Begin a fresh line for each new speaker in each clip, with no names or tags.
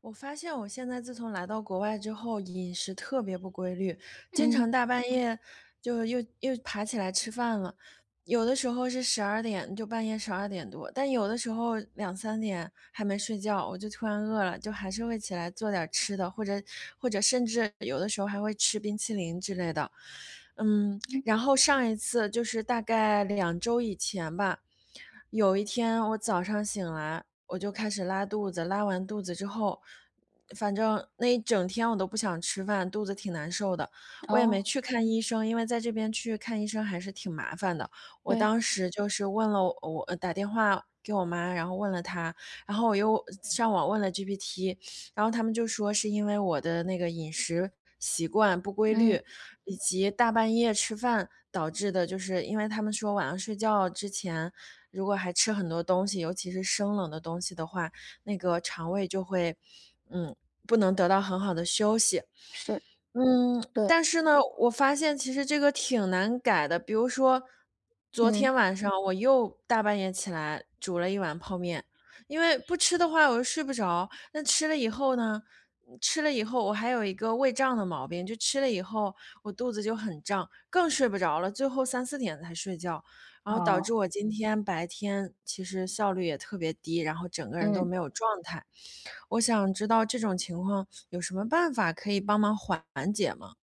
我发现我现在自从来到国外之后，饮食特别不规律，经
嗯
常大半夜就又爬起来吃饭了。有的时候是十二点，就半夜十二点多，但有的时候两三点还没睡觉，我就突然饿了，就还是会起来做点吃的，或者甚至有的时候还会吃冰淇淋之类的。
嗯，
然后上一次就是大概两周以前吧，有一天我早上醒来。我就开始拉肚子，拉完肚子之后，反正那一整天我都不想吃饭，肚子挺难受的。我也
哦，
没去看医生，因为在这边去看医生还是挺麻烦的。我
对，
当时就是问了我打电话给我妈，然后问了她，然后我又上网问了 GPT，然后他们就说是因为我的那个饮食习惯不规
嗯，
律，以及大半夜吃饭导致的，就是因为他们说晚上睡觉之前，如果还吃很多东西，尤其是生冷的东西的话，那个肠胃就会，嗯，不能得到很好的休息。
是，对，
但是呢，我发现其实这个挺难改的。比如说，昨
嗯，
天晚上我又大半夜起来煮了一碗泡面，因为不吃的话我又睡不着。那吃了以后呢，吃了以后我还有一个胃胀的毛病，就吃了以后我肚子就很胀，更睡不着了，最后三四点才睡觉，然后导
哦，
致我今天白天其实效率也特别低，然后整个人都
嗯
没有状态。我想知道这种情况有什么办法可以帮忙缓解吗？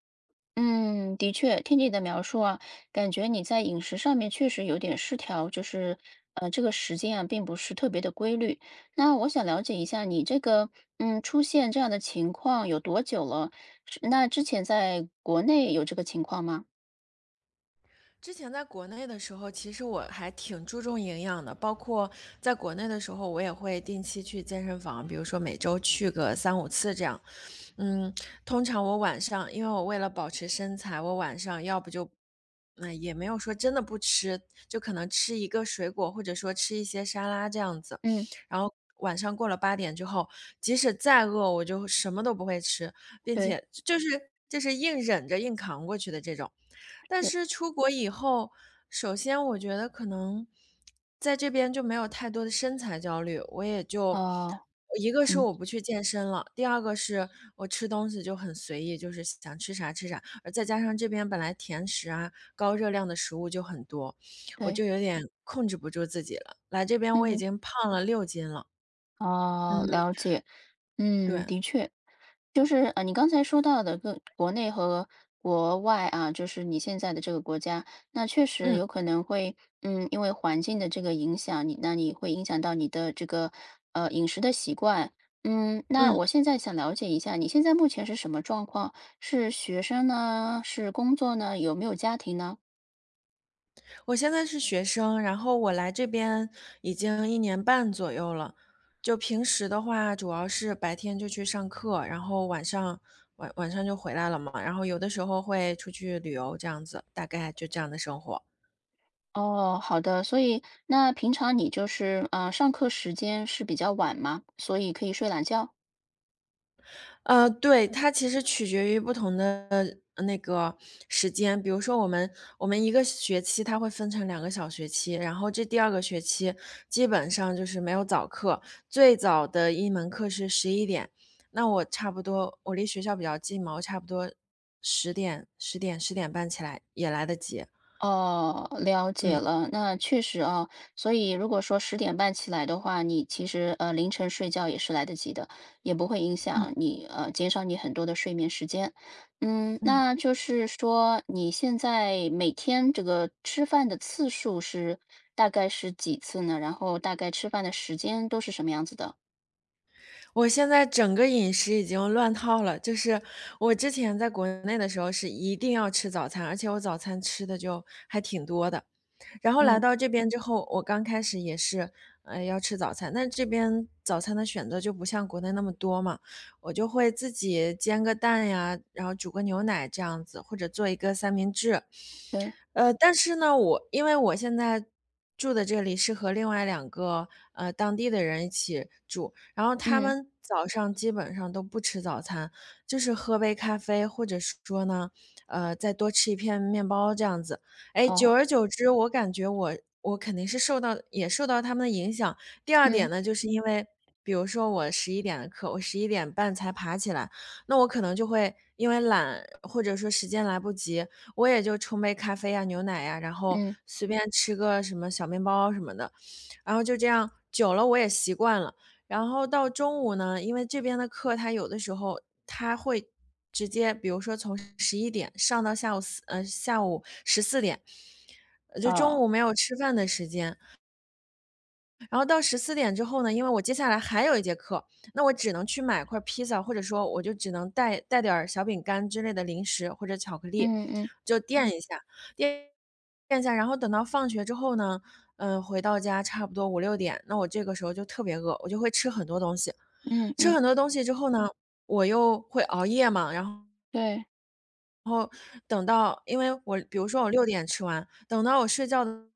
嗯，的确，听你的描述啊，感觉你在饮食上面确实有点失调，就是这个时间啊，并不是特别的规律。那我想了解一下，你这个出现这样的情况有多久了？是那之前在国内有这个情况吗？
之前在国内的时候，其实我还挺注重营养的，包括在国内的时候，我也会定期去健身房，比如说每周去个三五次这样。嗯，通常我晚上因为我为了保持身材，我晚上要不就也没有说真的不吃，就可能吃一个水果，或者说吃一些沙拉这样子。
嗯，
然后晚上过了八点之后，即使再饿，我就什么都不会吃，并
对，
且就是硬忍着硬扛过去的这种。但
是，
是出国以后，首先我觉得可能在这边就没有太多的身材焦虑，我也就
哦，
一个是
嗯，
我不去健身了，第二个是我吃东西就很随意，就是想吃啥吃啥，而再加上这边本来甜食啊、高热量的食物就很多，我
对，
就有点控制不住自己了。来这边我已
嗯。
经胖了六斤了。嗯，
哦，了解。嗯，
对，
的确，就是你刚才说到的各国内和国外啊，就是你现在的这个国家，那确实
嗯
有可能会，因为环境的这个影响，那你会影响到你的这个饮食的习惯。嗯，那
嗯。
我现在想了解一下，你现在目前是什么状况？是学生呢？是工作呢？有没有家庭呢？
我现在是学生，然后我来这边已经一年半左右了。就平时的话，主要是白天就去上课，然后晚上晚上就回来了嘛，然后有的时候会出去旅游这样子，大概就这样的生活。
哦，好的，所以那平常你就是上课时间是比较晚嘛，所以可以睡懒觉？
对，它其实取决于不同的那个时间。比如说我们一个学期它会分成两个小学期，然后这第二个学期基本上就是没有早课，最早的一门课是十一点，那我差不多我离学校比较近嘛，我差不多十点半起来也来得及。
哦，了解
嗯，
了，那确实啊，所以如果说10:30起来的话，你其实凌晨睡觉也是来得及的，也不会影响你减少你很多的睡眠时间。嗯，
嗯。
那就是说你现在每天这个吃饭的次数大概是几次呢？然后大概吃饭的时间都是什么样子的？
我现在整个饮食已经乱套了，就是我之前在国内的时候是一定要吃早餐，而且我早餐吃的就还挺多的。然后来
嗯，
到这边之后，我刚开始也是，要吃早餐，但这边早餐的选择就不像国内那么多嘛，我就会自己煎个蛋呀，然后煮个牛奶这样子，或者做一个三明治。
对。
但是呢，我因为我现在住的这里是和另外两个，当地的人一起住，然后他
嗯，
们早上基本上都不吃早餐，就是喝杯咖啡，或者是说呢，再多吃一片面包这样子。哎，久
哦。
而久之，我感觉我肯定是受到也受到他们的影响。第二
嗯
点呢，就是因为比如说我十一点的课，我十一点半才爬起来，那我可能就会因为懒，或者说时间来不及，我也就冲杯咖啡呀、牛奶呀，然后
嗯，
随便吃个什么小面包什么的，然后就这样久了我也习惯了。然后到中午呢，因为这边的课他有的时候他会直接，比如说从十一点上到下午四，下午十四点，就中
啊，
午没有吃饭的时间。然后到十四点之后呢，因为我接下来还有一节课，那我只能去买块披萨，或者说我就只能带点儿小饼干之类的零食或者巧克力，
嗯嗯
就垫一下，垫垫一下。然后等到放学之后呢，回到家差不多五六点，那我这个时候就特别饿，我就会吃很多东西。
嗯
吃
嗯，
很多东西之后呢，我又会熬夜嘛，然后
对
然后等到因为我比如说我六点吃完，等到我睡觉的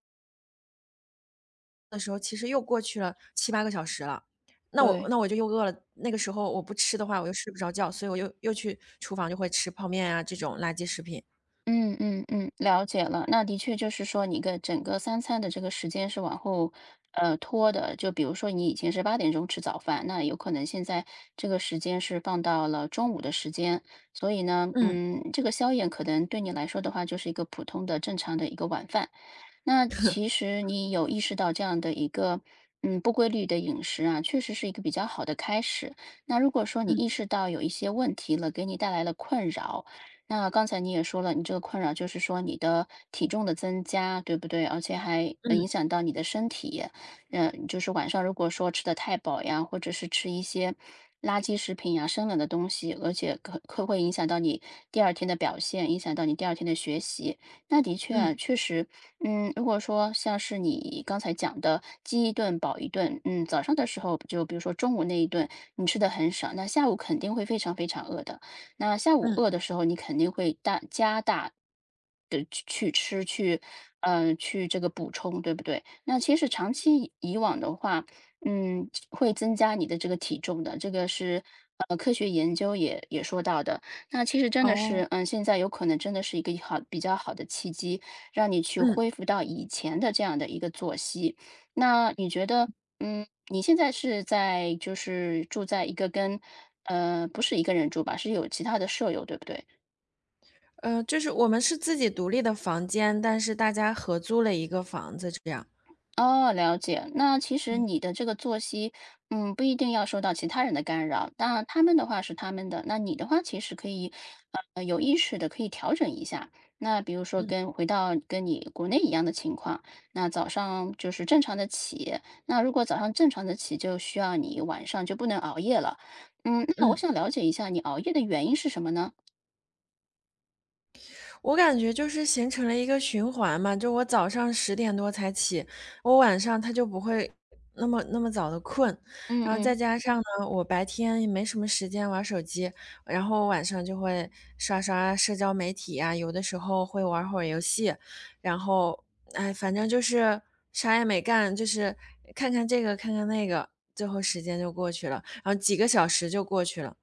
的时候，其实又过去了七八个小时了。那我
对。
就又饿了，那个时候我不吃的话，我又睡不着觉，所以我又去厨房就会吃泡面啊，这种垃圾食品。
嗯嗯嗯，了解了。那的确就是说，整个三餐的这个时间是往后拖的。就比如说，你以前是八点钟吃早饭，那有可能现在这个时间是放到了中午的时间。所以呢，
嗯，
嗯，这个宵夜可能对你来说的话，就是一个普通的、正常的一个晚饭。那其实你有意识到这样的一个不规律的饮食啊，确实是一个比较好的开始。那如果说你
嗯，
意识到有一些问题了，给你带来了困扰。那刚才你也说了，你这个困扰就是说你的体重的增加，对不对？而且还
嗯，
影响到你的身体，就是晚上如果说吃的太饱呀，或者是吃一些垃圾食品呀、生冷的东西，而且可会影响到你第二天的表现，影响到你第二天的学习。那的确啊，
嗯，
确实，嗯，如果说像是你刚才讲的，饥一顿饱一顿，嗯，早上的时候就比如说中午那一顿你吃的很少，那下午肯定会非常非常饿的。那下午
嗯，
饿的时候，你肯定会加大的去吃，去这个补充，对不对？那其实长期以往的话，会增加你的这个体重的，这个是科学研究也说到的。那其实真的
哦，
是，现在有可能真的是一个比较好的契机，让你去
嗯，
恢复到以前的这样的一个作息。那你觉得，你现在就是住在一个跟呃不是一个人住吧，是有其他的舍友，对不对？
就是我们是自己独立的房间，但是大家合租了一个房子这样。
哦，了解。那其实你的这个作息，不一定要受到其他人的干扰。那他们的话是他们的，那你的话其实可以，有意识的可以调整一下。那比如说
嗯，
跟回到跟你国内一样的情况，那早上就是正常的起，那如果早上正常的起，就需要你晚上就不能熬夜了。嗯，那我
嗯。
想了解一下你熬夜的原因是什么呢？
我感觉就是形成了一个循环嘛，就我早上十点多才起，我晚上他就不会那么早的困。
嗯
然后
嗯。
再加上呢，我白天也没什么时间玩手机，然后晚上就会刷刷社交媒体呀，有的时候会玩会儿游戏。然后，哎，反正就是啥也没干，就是看看这个，看看那个，最后时间就过去了，然后几个小时就过去了。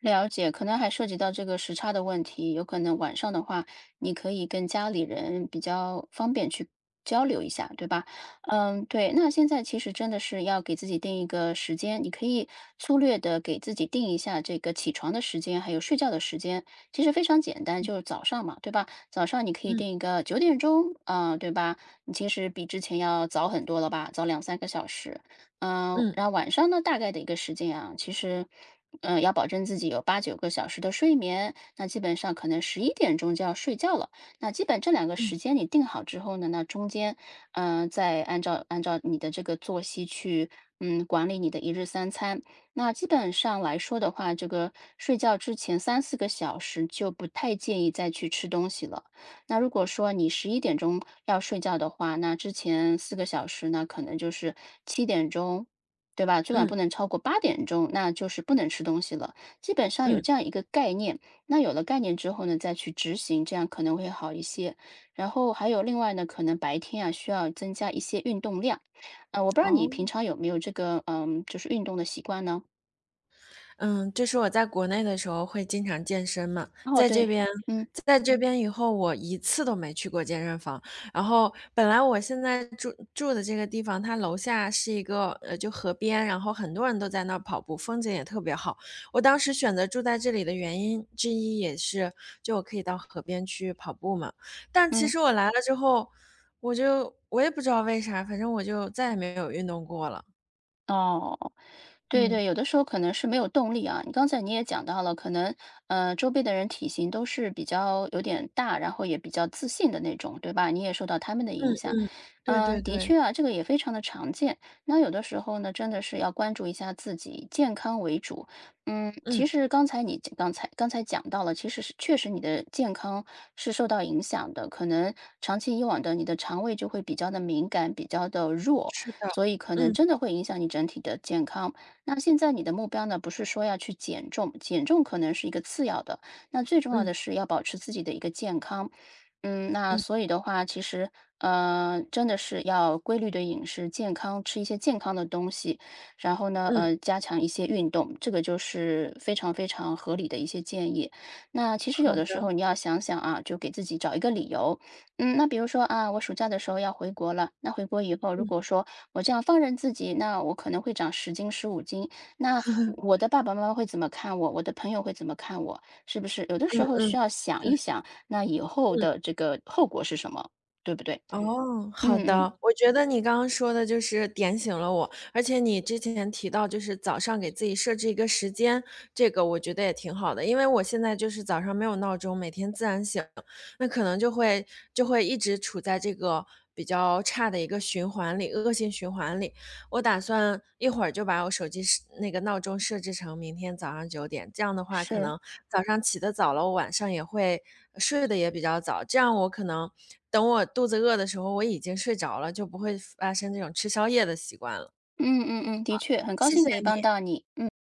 了解，可能还涉及到这个时差的问题，有可能晚上的话，你可以跟家里人比较方便去交流一下，对吧？嗯，对。那现在其实真的是要给自己定一个时间，你可以粗略的给自己定一下这个起床的时间，还有睡觉的时间。其实非常简单，就是早上嘛，对吧？早上你可以
嗯，
定一个9点钟，啊、对吧？你其实比之前要早很多了吧，早2、3个小时。
嗯，
然后晚上呢，大概的一个时间啊，其实，要保证自己有8、9个小时的睡眠，那基本上可能十一点钟就要睡觉了。那基本这两个时间你定好之后呢，那中间，再按照你的这个作息去，管理你的一日三餐。那基本上来说的话，这个睡觉之前3、4个小时就不太建议再去吃东西了。那如果说你十一点钟要睡觉的话，那之前四个小时呢，可能就是7点钟，对吧？最晚
嗯，
不能超过八点钟，那就是不能吃东西了。基本上有
嗯，
这样一个概念，那有了概念之后呢，再去执行，这样可能会好一些。然后还有另外呢，可能白天啊需要增加一些运动量。我不知道你平
哦。
常有没有这个嗯，就是运动的习惯呢？
嗯，就是我在国内的时候会经常健身嘛，
哦，
在这
对，
边
嗯
以后，我一次都没去过健身房。然后本来我现在住的这个地方，它楼下是一个就河边，然后很多人都在那儿跑步，风景也特别好。我当时选择住在这里的原因之一也是，就我可以到河边去跑步嘛。但其
嗯。
实我来了之后，我也不知道为啥，反正我就再也没有运动过了。
哦，对
嗯
对，有的时候可能是没有动力啊。你刚才你也讲到了，可能周边的人体型都是比较有点大，然后也比较自信的那种，对吧？你也受到他们的
嗯，
影响。
对
嗯，
对
的
对，
确啊，这个也非常的常见。那有的时候呢，真的是要关注一下自己，以健康为主。嗯，其
嗯。
实刚才你刚才刚才讲到了，其实是确实你的健康是受到影响的，可能长期以往的你的肠胃就会比较的敏感，比较的弱。
是的，
所以可能
嗯
真的会影响你整体的健康。那现在你的目标呢，不是说要去减重，减重可能是一个次要的，那最重要的
嗯
是要保持自己的一个健康。那
嗯
所以的话，其实真的是要规律的饮食，健康吃一些健康的东西，然后呢，
嗯，
加强一些运动，这个就是非常非常合理的一些建议。那其实有
好
的时
的，
候你要想想啊，就给自己找一个理由。嗯，那比如说啊，我暑假的时候要回国了，那回国以后，如
嗯
果说我这样放任自己，那我可能会长10斤、15斤。那 我的爸爸妈妈会怎么看我？我的朋友会怎么看我？是不是有的
嗯
时候需
嗯
要想一想，那以后
嗯，
的这个后果是什么，对不对？
哦，好
嗯嗯，
的。我觉得你刚刚说的就是点醒了我，而且你之前提到就是早上给自己设置一个时间，这个我觉得也挺好的，因为我现在就是早上没有闹钟，每天自然醒，那可能就会一直处在这个比较差的一个循环里，恶性循环里。我打算一会儿就把我手机设那个闹钟设置成明天早上九点，这样的话可
是，
能早上起得早了，我晚上也会睡得也比较早，这样我可能等我肚子饿的时候，我已经睡着了，就不会发生这种吃宵夜的习惯了。
嗯嗯嗯，的确，很高
谢
兴
谢
可以帮
你。
到你，嗯。